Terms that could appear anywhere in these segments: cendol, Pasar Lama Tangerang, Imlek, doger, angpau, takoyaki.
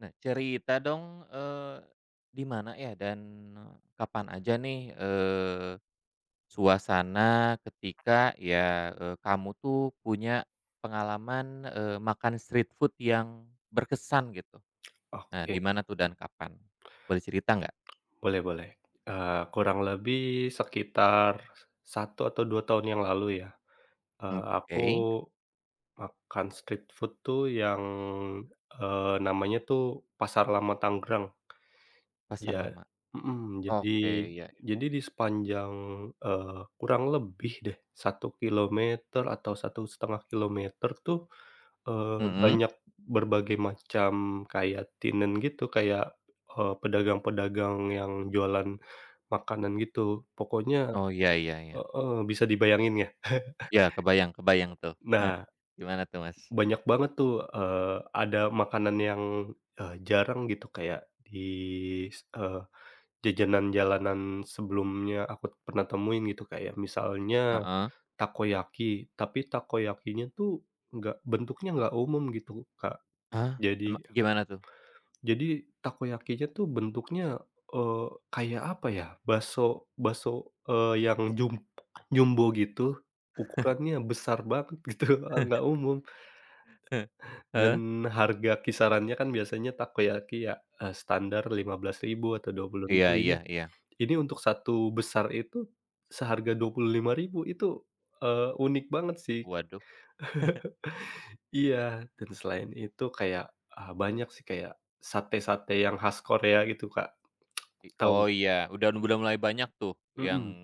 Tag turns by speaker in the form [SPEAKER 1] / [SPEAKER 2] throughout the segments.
[SPEAKER 1] Nah, cerita dong, di mana ya dan kapan aja nih, suasana ketika ya, kamu tuh punya pengalaman, makan street food yang berkesan gitu. Nah, di
[SPEAKER 2] Oke,
[SPEAKER 1] mana tuh dan kapan? Boleh cerita nggak?
[SPEAKER 2] boleh boleh. Kurang lebih sekitar 1 atau 2 tahun yang lalu ya, aku
[SPEAKER 1] Oke,
[SPEAKER 2] makan street food tuh yang, namanya tuh Pasar Lama Tangerang.
[SPEAKER 1] pasar
[SPEAKER 2] Ya.
[SPEAKER 1] lama.
[SPEAKER 2] mhm, jadi
[SPEAKER 1] Oke, iya,
[SPEAKER 2] jadi di sepanjang, eee, kurang lebih deh 1 kilometer atau 1,5 kilometer tuh,
[SPEAKER 1] mhm.
[SPEAKER 2] banyak berbagai macam kayak tinen gitu, kayak, pedagang-pedagang yang jualan makanan gitu, pokoknya
[SPEAKER 1] Oh, iya iya iya.
[SPEAKER 2] heeh, bisa dibayangin ya.
[SPEAKER 1] Ya kebayang kebayang tuh.
[SPEAKER 2] Nah,
[SPEAKER 1] Gimana tuh, Mas?
[SPEAKER 2] banyak banget tuh, ada makanan yang, jarang gitu kayak di s eh, jajanan jalanan sebelumnya aku pernah temuin gitu, kayak misalnya
[SPEAKER 1] Heeh.
[SPEAKER 2] takoyaki, tapi takoyakinya tuh nggak bentuknya nggak umum gitu, Kak.
[SPEAKER 1] Hah?
[SPEAKER 2] Jadi
[SPEAKER 1] Ema gimana tuh?
[SPEAKER 2] Jadi takoyakinya tuh bentuknya, eee, kayak apa ya, bakso bakso, yang jumbo gitu, ukurannya besar banget gitu, nggak umum. Dan
[SPEAKER 1] Heeh.
[SPEAKER 2] harga kisarannya kan biasanya takoyaki ya, standar rp ribu atau rp ribu
[SPEAKER 1] Iya iya iya.
[SPEAKER 2] ini untuk satu besar itu seharga rp ribu itu, unik banget sih.
[SPEAKER 1] Waduh.
[SPEAKER 2] Iya, dan selain itu kayak, banyak sih kayak sate-sate yang khas Korea gitu, Kak,
[SPEAKER 1] I
[SPEAKER 2] tahu?
[SPEAKER 1] oh iya, udah mulai banyak tuh yang
[SPEAKER 2] Mhm.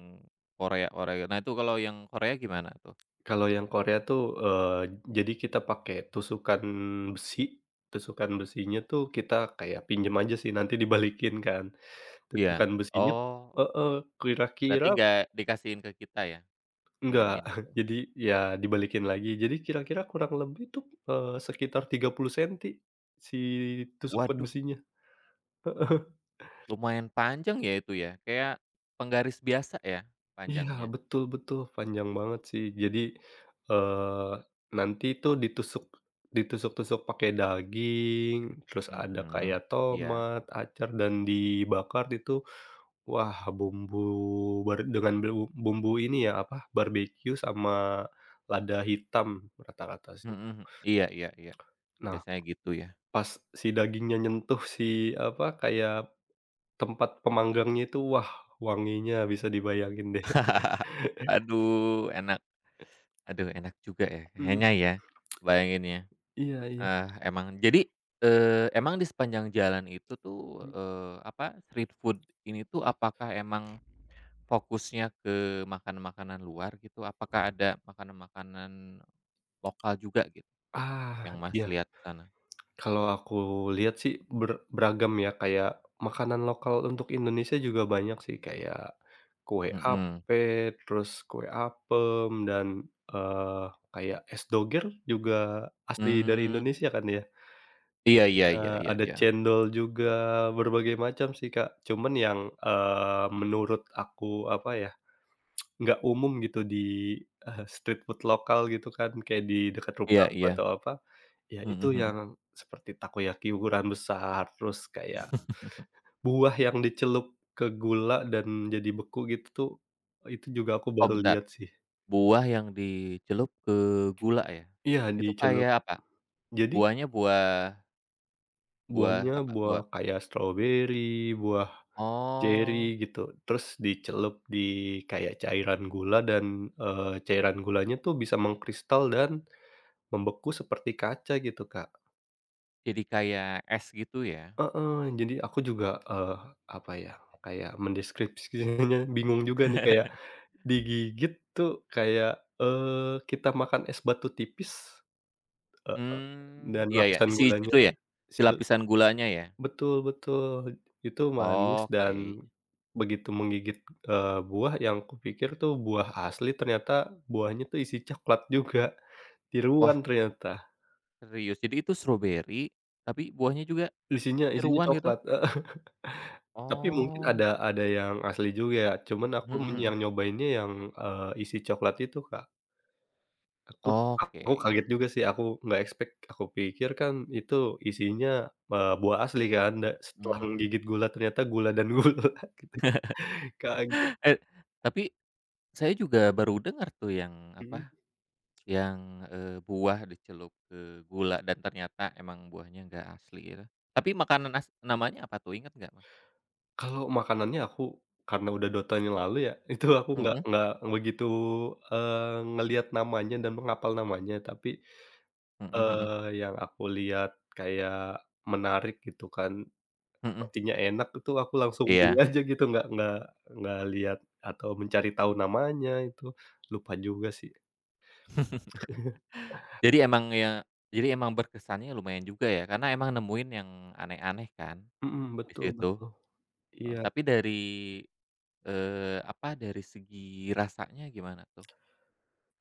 [SPEAKER 1] Korea Korea. Nah itu kalau yang Korea gimana tuh?
[SPEAKER 2] Kalau yang Korea tuh, jadi kita pakai tusukan besi, tusukan besinya tuh kita kayak pinjam aja sih, nanti dibalikin kan.
[SPEAKER 1] Iya.
[SPEAKER 2] Tusukan besinya
[SPEAKER 1] Oh
[SPEAKER 2] heeh,
[SPEAKER 1] oke. Berarti
[SPEAKER 2] kira-kira
[SPEAKER 1] nggak dikasihin ke kita ya?
[SPEAKER 2] enggak,
[SPEAKER 1] Pinjemin gitu?
[SPEAKER 2] jadi ya dibalikin lagi. Jadi kira-kira kurang lebih tuh, sekitar 30 senti si tusukan
[SPEAKER 1] Waduh,
[SPEAKER 2] besinya.
[SPEAKER 1] wah lumayan panjang ya itu ya? Kayak penggaris biasa ya
[SPEAKER 2] Iya,
[SPEAKER 1] panjangnya?
[SPEAKER 2] betul betul, panjang banget sih. Jadi, eee, nanti itu ditusuk-tusuk pakai daging, terus ada kayak
[SPEAKER 1] Mhm. Iya.
[SPEAKER 2] tomat, acar, dan dibakar itu. Wah, bumbu bar dengan bumbu bumbu ini ya, apa, barbeque sama lada hitam rata-rata sih.
[SPEAKER 1] Mhm mhm. Iya iya iya.
[SPEAKER 2] Nah,
[SPEAKER 1] Biasanya gitu ya.
[SPEAKER 2] pas si dagingnya nyentuh si, apa, kayak tempat pemanggangnya itu, wah, wanginya bisa dibayangin deh.
[SPEAKER 1] Aduh enak. Aduh enak juga ya
[SPEAKER 2] Mhm,
[SPEAKER 1] kayaknya ya, bayanginnya.
[SPEAKER 2] iya iya.
[SPEAKER 1] Eh, emang. Jadi, eh emang di sepanjang jalan itu tuh, apa, street food ini tuh apakah emang fokusnya ke makanan-makanan luar gitu? Apakah ada makanan-makanan lokal juga gitu
[SPEAKER 2] Ah,
[SPEAKER 1] yang Mas
[SPEAKER 2] iya.
[SPEAKER 1] lihat di sana?
[SPEAKER 2] Kalau aku lihat sih beragam ya, kayak makanan lokal untuk Indonesia juga banyak sih, kayak kue
[SPEAKER 1] Mhm.
[SPEAKER 2] ape, terus kue apem, dan, eee, kayak es doger juga asli dari
[SPEAKER 1] Mmm,
[SPEAKER 2] Indonesia kan ya.
[SPEAKER 1] iya iya iya iya
[SPEAKER 2] Ada
[SPEAKER 1] iya.
[SPEAKER 2] cendol juga, berbagai macam sih, Kak. Cuman yang, menurut aku, apa ya, nggak umum gitu di, street food lokal gitu kan, kayak di dekat rumah
[SPEAKER 1] Iya
[SPEAKER 2] aku
[SPEAKER 1] iya.
[SPEAKER 2] atau apa, ya
[SPEAKER 1] Mhm
[SPEAKER 2] itu yang
[SPEAKER 1] mhm.
[SPEAKER 2] seperti takoyaki ukuran besar, terus kayak buah yang dicelup ke gula dan jadi beku gitu tuh, itu juga aku
[SPEAKER 1] Oh
[SPEAKER 2] baru
[SPEAKER 1] bentar,
[SPEAKER 2] lihat sih.
[SPEAKER 1] buah yang dicelup ke gula ya?
[SPEAKER 2] Iya,
[SPEAKER 1] Itu
[SPEAKER 2] dicelup.
[SPEAKER 1] kayak apa?
[SPEAKER 2] Jadi
[SPEAKER 1] Buahnya buah buah
[SPEAKER 2] buahnya
[SPEAKER 1] apa?
[SPEAKER 2] buah
[SPEAKER 1] Buah
[SPEAKER 2] kayak stroberi, buah ceri
[SPEAKER 1] oh,
[SPEAKER 2] gitu, terus dicelup di kayak cairan gula dan, cairan gulanya tuh bisa mengkristal dan membeku seperti kaca gitu, Kak.
[SPEAKER 1] jadi kayak es gitu ya?
[SPEAKER 2] Heeh, jadi aku juga, apa ya, kayak mendeskripsikannya bingung juga nih kayak digigit tuh kayak, kita makan es batu tipis, heeh,
[SPEAKER 1] Mmm,
[SPEAKER 2] dan
[SPEAKER 1] iya ya,
[SPEAKER 2] lapisan
[SPEAKER 1] isi
[SPEAKER 2] gulanya
[SPEAKER 1] itu ya? Si
[SPEAKER 2] kecil
[SPEAKER 1] lapisan gulanya ya?
[SPEAKER 2] betul betul, itu manis dan
[SPEAKER 1] Oke.
[SPEAKER 2] begitu menggigit, buah yang kupikir tuh buah asli ternyata buahnya tuh isi coklat juga,
[SPEAKER 1] Wah,
[SPEAKER 2] tiruan ternyata,
[SPEAKER 1] serius? Jadi itu stroberi, tapi buahnya juga
[SPEAKER 2] isinya isinya
[SPEAKER 1] tiruan gitu?
[SPEAKER 2] coklat, heeh. Tapi mungkin
[SPEAKER 1] Oh,
[SPEAKER 2] ada yang asli juga ya, cuman aku
[SPEAKER 1] mhm
[SPEAKER 2] men yang
[SPEAKER 1] mhm.
[SPEAKER 2] nyobainnya yang, isi coklat itu, Kak. Aku aku
[SPEAKER 1] Oke.
[SPEAKER 2] kaget juga sih, aku nggak expect, aku pikir kan itu isinya, buah asli kan, da setelah
[SPEAKER 1] Mmm.
[SPEAKER 2] menggigit gula ternyata gula dan gula gitu, kaget,
[SPEAKER 1] Eh, tapi saya juga baru dengar tuh yang
[SPEAKER 2] mhm.
[SPEAKER 1] apa, yang, buah dicelup ke gula dan ternyata emang buahnya nggak asli gitu. Tapi makanan as namanya apa tuh, ingat nggak, Mas?
[SPEAKER 2] Kalau makanannya aku karena udah 2 tahun yang lalu ya, itu aku
[SPEAKER 1] Mhm,
[SPEAKER 2] nggak begitu, ngelihat namanya dan menghafal namanya, tapi,
[SPEAKER 1] mhm mhm,
[SPEAKER 2] yang aku lihat kayak menarik gitu kan.
[SPEAKER 1] mhm,
[SPEAKER 2] Rotinya enak itu aku langsung beli
[SPEAKER 1] iya.
[SPEAKER 2] aja gitu, nggak lihat atau mencari tahu namanya itu, lupa juga sih.
[SPEAKER 1] Jadi emang ya jadi emang berkesannya lumayan juga ya, karena emang nemuin yang aneh-aneh kan
[SPEAKER 2] Mhm,
[SPEAKER 1] di
[SPEAKER 2] betul
[SPEAKER 1] situ.
[SPEAKER 2] betul.
[SPEAKER 1] Heeh,
[SPEAKER 2] Iya,
[SPEAKER 1] tapi dari, apa, dari segi rasanya gimana tuh?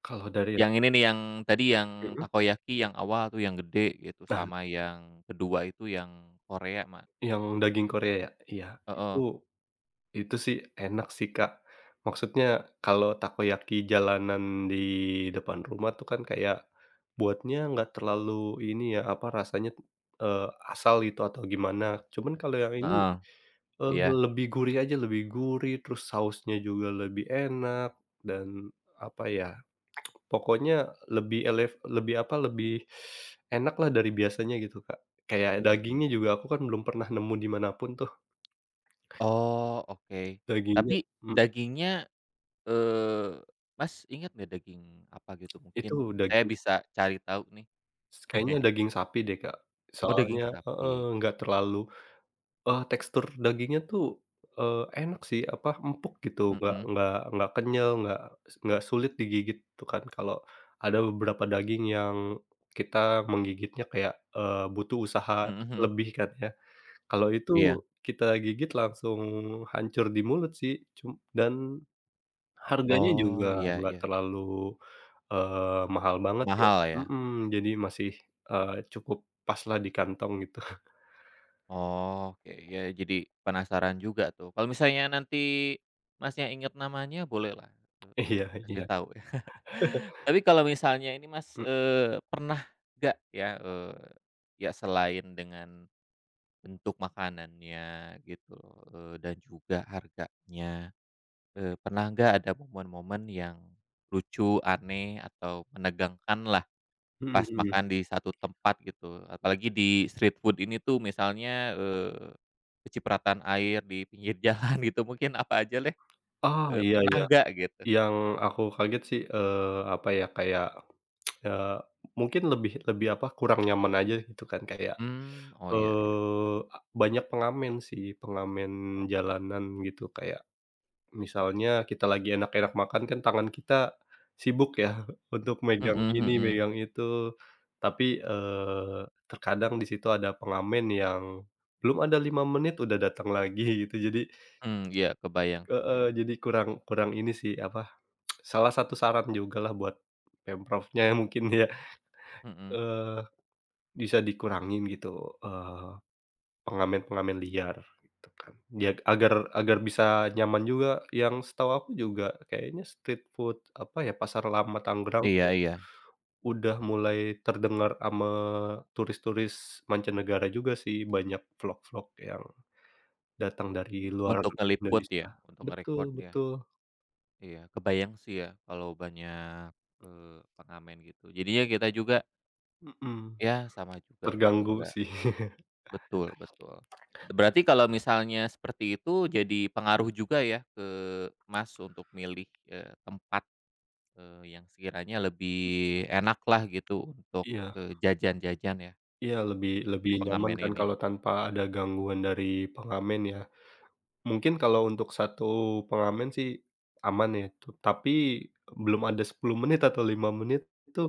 [SPEAKER 2] kalau dari
[SPEAKER 1] Yang ini nih, yang tadi yang
[SPEAKER 2] mhm,
[SPEAKER 1] takoyaki yang awal tuh yang gede gitu,
[SPEAKER 2] nah
[SPEAKER 1] sama yang kedua itu yang Korea ma
[SPEAKER 2] yang daging Korea ya? Iya, itu
[SPEAKER 1] heeh,
[SPEAKER 2] itu sih enak sih, Kak. Maksudnya kalau takoyaki jalanan di depan rumah tuh kan kayak buatnya nggak terlalu ini ya, apa, rasanya, eee, asal gitu atau gimana. Cuman kalau yang ini,
[SPEAKER 1] heeh,
[SPEAKER 2] Eee,
[SPEAKER 1] iya,
[SPEAKER 2] lebih gurih aja, lebih gurih, terus sausnya juga lebih enak dan apa ya, pokoknya lebih elef lebih apa, lebih enaklah dari biasanya gitu, Kak. Kayak
[SPEAKER 1] mhm.
[SPEAKER 2] dagingnya juga aku kan belum pernah nemu di manapun tuh
[SPEAKER 1] Oh, oke.
[SPEAKER 2] dagingnya
[SPEAKER 1] Tapi
[SPEAKER 2] mhm,
[SPEAKER 1] dagingnya, eee, Mas, inget nggak daging apa gitu?
[SPEAKER 2] itu
[SPEAKER 1] Mungkin saya
[SPEAKER 2] daging
[SPEAKER 1] bisa cari tahu nih.
[SPEAKER 2] kayaknya daging sapi deh, Kak.
[SPEAKER 1] Oh, daging
[SPEAKER 2] Soalnya heeh,
[SPEAKER 1] sapi.
[SPEAKER 2] nggak terlalu. Tekstur dagingnya tuh, enak sih, apa, empuk gitu,
[SPEAKER 1] Mhm
[SPEAKER 2] nggak kenyal, nggak nggak sulit digigit tuh kan. Kalau ada beberapa daging yang kita menggigitnya kayak, butuh usaha
[SPEAKER 1] mhm mhm.
[SPEAKER 2] lebih kan ya. Kalau itu
[SPEAKER 1] Iya.
[SPEAKER 2] kita gigit langsung hancur di mulut sih, dan harganya juga
[SPEAKER 1] Oh, iya
[SPEAKER 2] nggak
[SPEAKER 1] iya.
[SPEAKER 2] terlalu, mahal banget ya.
[SPEAKER 1] Mahal ya?
[SPEAKER 2] Mhm, jadi masih, cukup paslah di kantong gitu.
[SPEAKER 1] Oh, oke, ya. Jadi penasaran juga tuh. Kalau misalnya nanti Masnya inget namanya bolehlah,
[SPEAKER 2] Iya iya.
[SPEAKER 1] dikasih tahu ya. Tapi kalau misalnya ini Mas,
[SPEAKER 2] M
[SPEAKER 1] pernah nggak ya, ya selain dengan bentuk makanannya gitu, dan juga harganya, pernah nggak ada momen-momen yang lucu, aneh, atau menegangkan
[SPEAKER 2] mhm
[SPEAKER 1] pas
[SPEAKER 2] mhm.
[SPEAKER 1] makan di satu tempat gitu, apalagi di street food ini tuh misalnya, kecipratan air di pinggir jalan gitu mungkin apa aja deh,
[SPEAKER 2] Oh, iya
[SPEAKER 1] pernah
[SPEAKER 2] iya.
[SPEAKER 1] nggak gitu?
[SPEAKER 2] Yang aku kaget sih, apa ya, kayak, eee, mungkin lebih lebih apa, kurang nyaman aja gitu kan, kayak,
[SPEAKER 1] Mmm, oh iya iya,
[SPEAKER 2] a banyak pengamen sih, pengamen
[SPEAKER 1] oh,
[SPEAKER 2] jalanan gitu. Kayak misalnya kita lagi enak-enak makan kan tangan kita sibuk ya untuk megang
[SPEAKER 1] mhm
[SPEAKER 2] ini,
[SPEAKER 1] mhm,
[SPEAKER 2] megang itu. Tapi, terkadang di situ ada pengamen yang belum ada 5 menit udah datang lagi gitu. Jadi
[SPEAKER 1] mmm, iya kebayang
[SPEAKER 2] heeh,
[SPEAKER 1] kebayang,
[SPEAKER 2] jadi kurang kurang ini sih, apa, salah satu saran jugalah buat Pemprovnya mungkin ya,
[SPEAKER 1] mhm,
[SPEAKER 2] eee, bisa dikurangin gitu, eee, pengamen-pengamen liar gitu kan. Ya agar agar bisa nyaman juga, yang setahu aku juga kayaknya street food, apa ya, pasar lama Tangerang
[SPEAKER 1] iya
[SPEAKER 2] tuh
[SPEAKER 1] iya,
[SPEAKER 2] udah mulai terdengar ama turis-turis mancanegara juga sih, banyak vlog-vlog yang datang dari luar
[SPEAKER 1] untuk ngeliput
[SPEAKER 2] Indonesia.
[SPEAKER 1] ya, untuk
[SPEAKER 2] Betul
[SPEAKER 1] nge-record ya,
[SPEAKER 2] betul,
[SPEAKER 1] iya kebayang sih ya kalau banyak, pengamen gitu jadinya kita juga
[SPEAKER 2] mhm,
[SPEAKER 1] ya sama juga gitu
[SPEAKER 2] terganggu
[SPEAKER 1] nggak
[SPEAKER 2] sih.
[SPEAKER 1] betul betul. Berarti kalau misalnya seperti itu jadi pengaruh juga ya ke Mas untuk milih, tempat, yang sekiranya lebih enak lah gitu untuk,
[SPEAKER 2] Iya.
[SPEAKER 1] jajan-jajan ya
[SPEAKER 2] Iya, lebih
[SPEAKER 1] di
[SPEAKER 2] lebih nyaman
[SPEAKER 1] pengamen
[SPEAKER 2] kan
[SPEAKER 1] ini.
[SPEAKER 2] kalau tanpa ada gangguan dari pengamen ya. Mungkin kalau untuk satu pengamen sih aman ya itu, tapi belum ada 10 menit atau 5 menit itu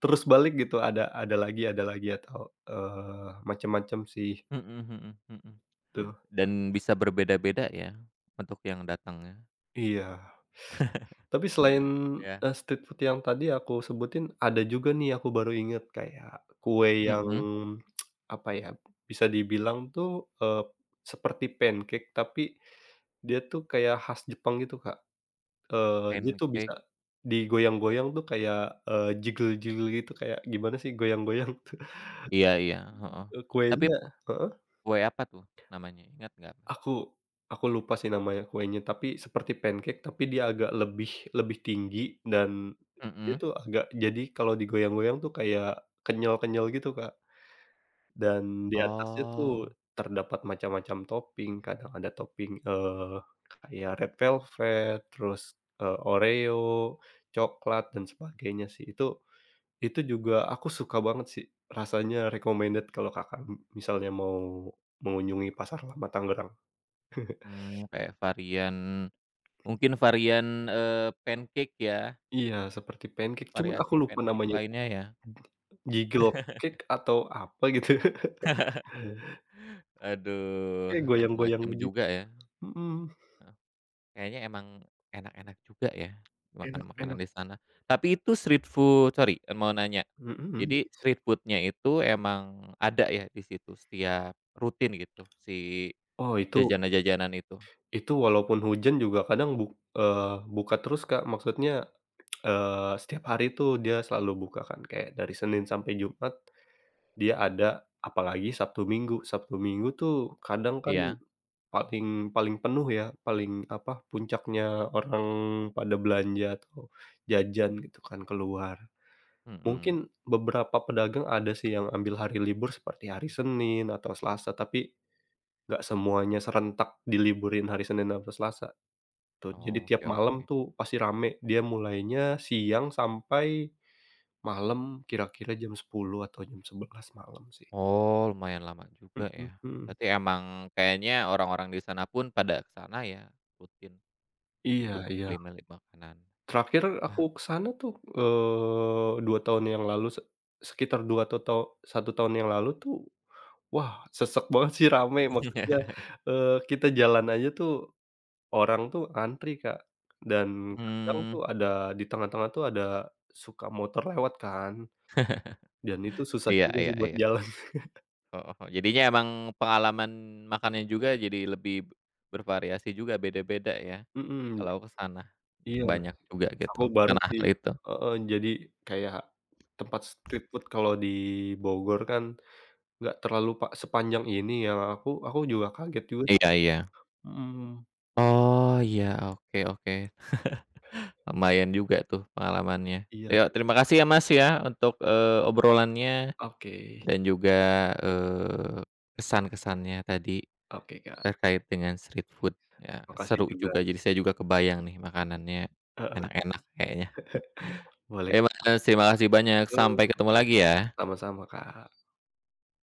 [SPEAKER 2] terus balik gitu, ada lagi atau, macam macem sih,
[SPEAKER 1] Mhm mhm mhm.
[SPEAKER 2] itu.
[SPEAKER 1] Dan bisa berbeda-beda ya untuk yang datangnya.
[SPEAKER 2] Iya. Tapi selain,
[SPEAKER 1] Iya.
[SPEAKER 2] street food yang tadi aku sebutin, ada juga nih aku baru inget kayak kue yang,
[SPEAKER 1] Mhm,
[SPEAKER 2] apa ya, bisa dibilang tuh, eee, seperti pancake tapi dia tuh kayak khas Jepang gitu, Kak. Dia tuh bisa
[SPEAKER 1] pancake
[SPEAKER 2] digoyang-goyang tuh kayak, jiggle-jiggle gitu, kayak gimana sih goyang-goyang tuh,
[SPEAKER 1] iya iya, heeh. Tapi
[SPEAKER 2] kuenya heeh.
[SPEAKER 1] kue apa tuh namanya, ingat nggak?
[SPEAKER 2] Aku aku lupa sih namanya kuenya, tapi seperti pancake, tapi dia agak lebih lebih tinggi dan dia
[SPEAKER 1] Mhm.
[SPEAKER 2] tuh agak jadi kalau digoyang-goyang tuh kayak kenyal-kenyal gitu, Kak. Dan di atasnya tuh
[SPEAKER 1] Oh,
[SPEAKER 2] terdapat macam-macam topping, kadang ada topping, eh kayak red velvet, terus, Oreo, coklat, dan sebagainya sih. Itu juga aku suka banget sih, rasanya recommended kalau Kakak misalnya mau mengunjungi Pasar Lama Tangerang.
[SPEAKER 1] mmm, kayak varian mungkin varian, pancake ya,
[SPEAKER 2] Iya, seperti pancake, cuman aku
[SPEAKER 1] variasi
[SPEAKER 2] lupa
[SPEAKER 1] pancake
[SPEAKER 2] namanya itu,
[SPEAKER 1] lainnya ya?
[SPEAKER 2] jiggle cake atau apa gitu,
[SPEAKER 1] Aduh,
[SPEAKER 2] kayak goyang-goyang
[SPEAKER 1] macem-macem
[SPEAKER 2] begitu,
[SPEAKER 1] juga ya,
[SPEAKER 2] mhm.
[SPEAKER 1] heeh. Kayaknya emang enak-enak juga ya,
[SPEAKER 2] Enak
[SPEAKER 1] makanan-makanan
[SPEAKER 2] enak,
[SPEAKER 1] di sana. Tapi itu street food sorry, mau nanya.
[SPEAKER 2] mhm.
[SPEAKER 1] Jadi street food-nya itu emang ada ya di situ setiap rutin gitu, si
[SPEAKER 2] Oh
[SPEAKER 1] jajanan-jajanan itu?
[SPEAKER 2] itu walaupun hujan juga kadang buka terus, Kak, maksudnya, setiap hari tuh dia selalu buka kan, kayak dari Senin sampai Jumat dia ada, apalagi Sabtu Minggu. Sabtu Minggu tuh kadang kan
[SPEAKER 1] Iya?
[SPEAKER 2] paling paling penuh ya, paling apa, puncaknya orang pada belanja atau jajan gitu kan, keluar.
[SPEAKER 1] Mhm.
[SPEAKER 2] Mungkin beberapa pedagang ada sih yang ambil hari libur seperti hari Senin atau Selasa, tapi nggak semuanya serentak diliburin hari Senin atau Selasa tuh. Jadi tiap
[SPEAKER 1] Oke oke.
[SPEAKER 2] malam tuh pasti rame, dia mulainya siang sampai malam kira-kira jam 10 atau jam 11 malam sih.
[SPEAKER 1] Oh, lumayan lama juga
[SPEAKER 2] Mhm
[SPEAKER 1] ya.
[SPEAKER 2] mhm.
[SPEAKER 1] Berarti emang kayaknya orang-orang di sana pun pada ke sana ya, rutin.
[SPEAKER 2] Iya
[SPEAKER 1] Untuk
[SPEAKER 2] iya.
[SPEAKER 1] beli meli makanan.
[SPEAKER 2] Terakhir aku
[SPEAKER 1] Ah.
[SPEAKER 2] ke sana tuh, 2 tahun yang lalu sekitar 2 atau 1 tahun yang lalu tuh. Wah, sesek banget sih, rame. Maksudnya, kita jalan aja tuh, orang tuh antri, Kak. Dan kadang tuh
[SPEAKER 1] Mmm.
[SPEAKER 2] ada di tengah-tengah tuh ada suka motor lewat kan, dan itu susah
[SPEAKER 1] Iya
[SPEAKER 2] juga sih
[SPEAKER 1] iya
[SPEAKER 2] buat
[SPEAKER 1] iya.
[SPEAKER 2] jalan.
[SPEAKER 1] Heeh heeh. Jadinya emang pengalaman makannya juga jadi lebih bervariasi juga, beda-beda ya,
[SPEAKER 2] Mhm,
[SPEAKER 1] kalau ke sana.
[SPEAKER 2] iya,
[SPEAKER 1] Banyak juga
[SPEAKER 2] aku
[SPEAKER 1] gitu,
[SPEAKER 2] baru
[SPEAKER 1] karena
[SPEAKER 2] sih
[SPEAKER 1] hal itu.
[SPEAKER 2] heeh, jadi kayak tempat street food kalau di Bogor kan nggak terlalu sepanjang ini ya, aku juga kaget juga.
[SPEAKER 1] Iya iya.
[SPEAKER 2] Mhm,
[SPEAKER 1] Oh, iya, oke oke. Lumayan juga tuh pengalamannya.
[SPEAKER 2] iya.
[SPEAKER 1] Ya, terima kasih ya, Mas, ya untuk, obrolannya
[SPEAKER 2] Oke
[SPEAKER 1] dan juga, eee, kesan-kesannya tadi.
[SPEAKER 2] oke, Kak.
[SPEAKER 1] Terkait dengan street food, ya
[SPEAKER 2] Makasih
[SPEAKER 1] seru
[SPEAKER 2] juga.
[SPEAKER 1] juga jadi saya juga kebayang nih makanannya
[SPEAKER 2] Heeh,
[SPEAKER 1] enak-enak kayaknya.
[SPEAKER 2] boleh.
[SPEAKER 1] Iya Mas, terima kasih banyak,
[SPEAKER 2] Yo.
[SPEAKER 1] sampai ketemu lagi ya.
[SPEAKER 2] Sama-sama, Kak.